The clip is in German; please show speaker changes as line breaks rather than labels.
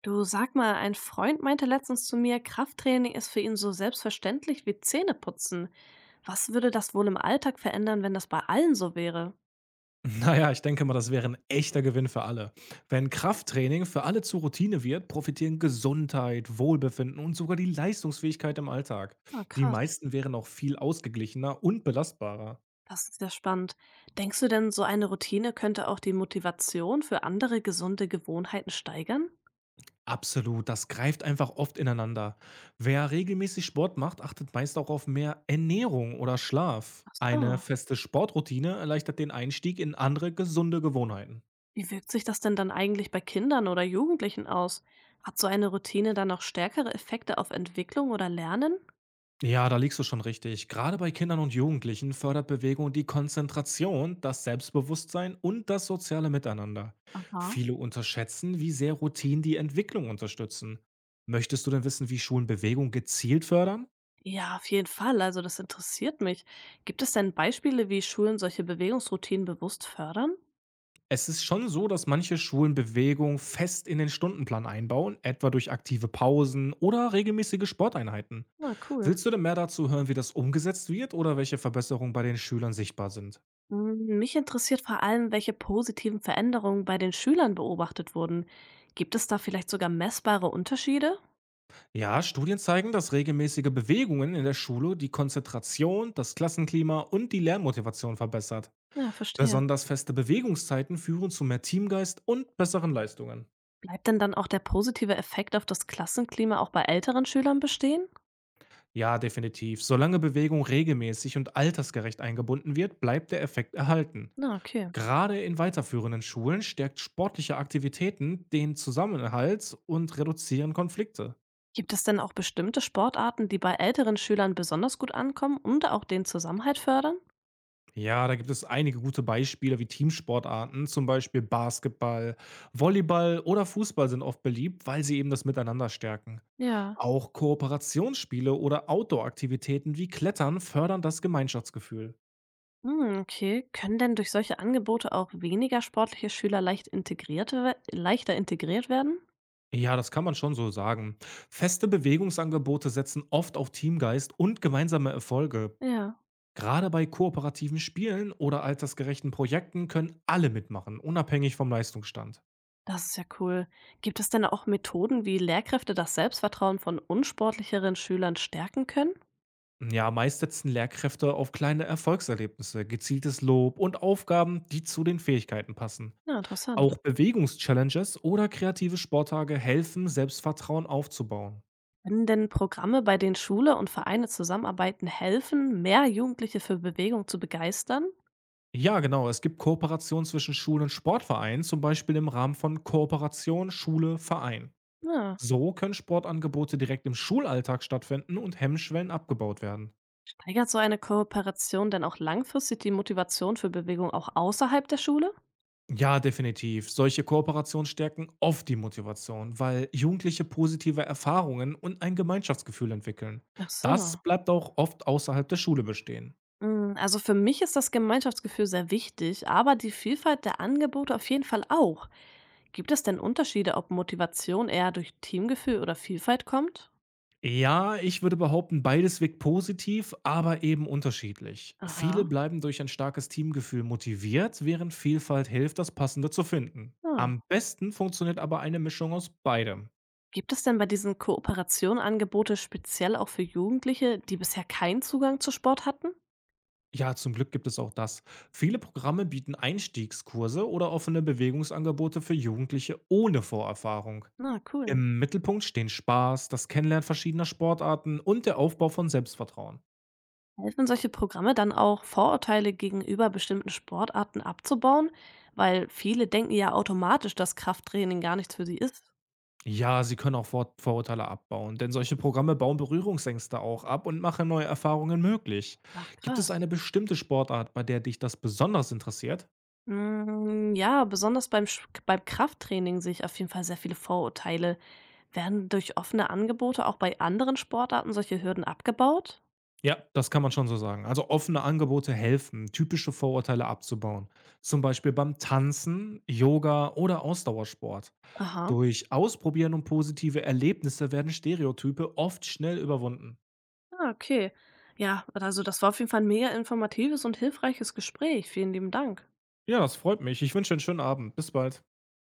Du, sag mal, ein Freund meinte letztens zu mir, Krafttraining ist für ihn so selbstverständlich wie Zähneputzen. Was würde das wohl im Alltag verändern, wenn das bei allen so wäre?
Naja, ich denke mal, das wäre ein echter Gewinn für alle. Wenn Krafttraining für alle zur Routine wird, profitieren Gesundheit, Wohlbefinden und sogar die Leistungsfähigkeit im Alltag.
Ah,
Die
krass.
meisten wären auch viel ausgeglichener und belastbarer.
Das ist ja spannend. Denkst du denn, so eine Routine könnte auch die Motivation für andere gesunde Gewohnheiten steigern?
Absolut, das greift einfach oft ineinander. Wer regelmäßig Sport macht, achtet meist auch auf mehr Ernährung oder Schlaf.
Ach
Eine
so.
feste Sportroutine erleichtert den Einstieg in andere gesunde Gewohnheiten.
Wie wirkt sich das denn dann eigentlich bei Kindern oder Jugendlichen aus? Hat so eine Routine dann auch stärkere Effekte auf Entwicklung oder Lernen?
Ja, da liegst du schon richtig. Gerade bei Kindern und Jugendlichen fördert Bewegung die Konzentration, das Selbstbewusstsein und das soziale Miteinander.
Aha.
Viele unterschätzen, wie sehr Routinen die Entwicklung unterstützen. Möchtest du denn wissen, wie Schulen Bewegung gezielt fördern?
Ja, auf jeden Fall. Also das interessiert mich. Gibt es denn Beispiele, wie Schulen solche Bewegungsroutinen bewusst fördern?
Es ist schon so, dass manche Schulen Bewegung fest in den Stundenplan einbauen, etwa durch aktive Pausen oder regelmäßige Sporteinheiten.
Na, cool.
Willst du denn mehr dazu hören, wie das umgesetzt wird oder welche Verbesserungen bei den Schülern sichtbar sind?
Mich interessiert vor allem, welche positiven Veränderungen bei den Schülern beobachtet wurden. Gibt es da vielleicht sogar messbare Unterschiede?
Ja, Studien zeigen, dass regelmäßige Bewegungen in der Schule die Konzentration, das Klassenklima und die Lernmotivation verbessert.
Ja, verstehe.
Besonders feste Bewegungszeiten führen zu mehr Teamgeist und besseren Leistungen.
Bleibt denn dann auch der positive Effekt auf das Klassenklima auch bei älteren Schülern bestehen?
Ja, definitiv. Solange Bewegung regelmäßig und altersgerecht eingebunden wird, bleibt der Effekt erhalten.
Na, okay.
Gerade in weiterführenden Schulen stärkt sportliche Aktivitäten den Zusammenhalt und reduzieren Konflikte.
Gibt es denn auch bestimmte Sportarten, die bei älteren Schülern besonders gut ankommen und auch den Zusammenhalt fördern?
Ja, da gibt es einige gute Beispiele wie Teamsportarten, zum Beispiel Basketball, Volleyball oder Fußball sind oft beliebt, weil sie eben das Miteinander stärken.
Ja.
Auch Kooperationsspiele oder Outdoor-Aktivitäten wie Klettern fördern das Gemeinschaftsgefühl.
Hm, okay. Können denn durch solche Angebote auch weniger sportliche Schüler leicht integriert we leichter integriert werden?
Ja, das kann man schon so sagen. Feste Bewegungsangebote setzen oft auf Teamgeist und gemeinsame Erfolge.
Ja.
Gerade bei kooperativen Spielen oder altersgerechten Projekten können alle mitmachen, unabhängig vom Leistungsstand.
Das ist ja cool. Gibt es denn auch Methoden, wie Lehrkräfte das Selbstvertrauen von unsportlicheren Schülern stärken können?
Ja, meist setzen Lehrkräfte auf kleine Erfolgserlebnisse, gezieltes Lob und Aufgaben, die zu den Fähigkeiten passen.
Ja, interessant.
Auch Bewegungschallenges oder kreative Sporttage helfen, Selbstvertrauen aufzubauen.
Können denn Programme, bei denen Schule und Vereine zusammenarbeiten, helfen, mehr Jugendliche für Bewegung zu begeistern?
Ja, genau. Es gibt Kooperationen zwischen Schulen und Sportvereinen, zum Beispiel im Rahmen von Kooperation Schule Verein.
Ja.
So können Sportangebote direkt im Schulalltag stattfinden und Hemmschwellen abgebaut werden.
Steigert so eine Kooperation denn auch langfristig die Motivation für Bewegung auch außerhalb der Schule?
Ja, definitiv. Solche Kooperationen stärken oft die Motivation, weil Jugendliche positive Erfahrungen und ein Gemeinschaftsgefühl entwickeln.
Ach
Das
so.
bleibt auch oft außerhalb der Schule bestehen.
Also für mich ist das Gemeinschaftsgefühl sehr wichtig, aber die Vielfalt der Angebote auf jeden Fall auch. Gibt es denn Unterschiede, ob Motivation eher durch Teamgefühl oder Vielfalt kommt?
Ja, ich würde behaupten, beides wirkt positiv, aber eben unterschiedlich. Viele
Aha.
bleiben durch ein starkes Teamgefühl motiviert, während Vielfalt hilft, das Passende zu finden.
Ah.
Am besten funktioniert aber eine Mischung aus beidem.
Gibt es denn bei diesen Kooperationen Angebote speziell auch für Jugendliche, die bisher keinen Zugang zu Sport hatten?
Ja, zum Glück gibt es auch das. Viele Programme bieten Einstiegskurse oder offene Bewegungsangebote für Jugendliche ohne Vorerfahrung.
Na, cool.
Im Mittelpunkt stehen Spaß, das Kennenlernen verschiedener Sportarten und der Aufbau von Selbstvertrauen.
Helfen solche Programme dann auch, Vorurteile gegenüber bestimmten Sportarten abzubauen? Weil viele denken ja automatisch, dass Krafttraining gar nichts für sie ist.
Ja, sie können auch Vorurteile abbauen, denn solche Programme bauen Berührungsängste auch ab und machen neue Erfahrungen möglich.
Ach,
Gibt es
krass.
eine bestimmte Sportart, bei der dich das besonders interessiert?
Hm, ja, besonders beim Sch beim Krafttraining sehe ich auf jeden Fall sehr viele Vorurteile. Werden durch offene Angebote auch bei anderen Sportarten solche Hürden abgebaut?
Ja, das kann man schon so sagen. Also offene Angebote helfen, typische Vorurteile abzubauen. Zum Beispiel beim Tanzen, Yoga oder Ausdauersport.
Aha.
Durch Ausprobieren und positive Erlebnisse werden Stereotype oft schnell überwunden.
Ah, okay. Ja, also das war auf jeden Fall ein mega informatives und hilfreiches Gespräch. Vielen lieben Dank.
Ja, das freut mich. Ich wünsche einen schönen Abend. Bis bald.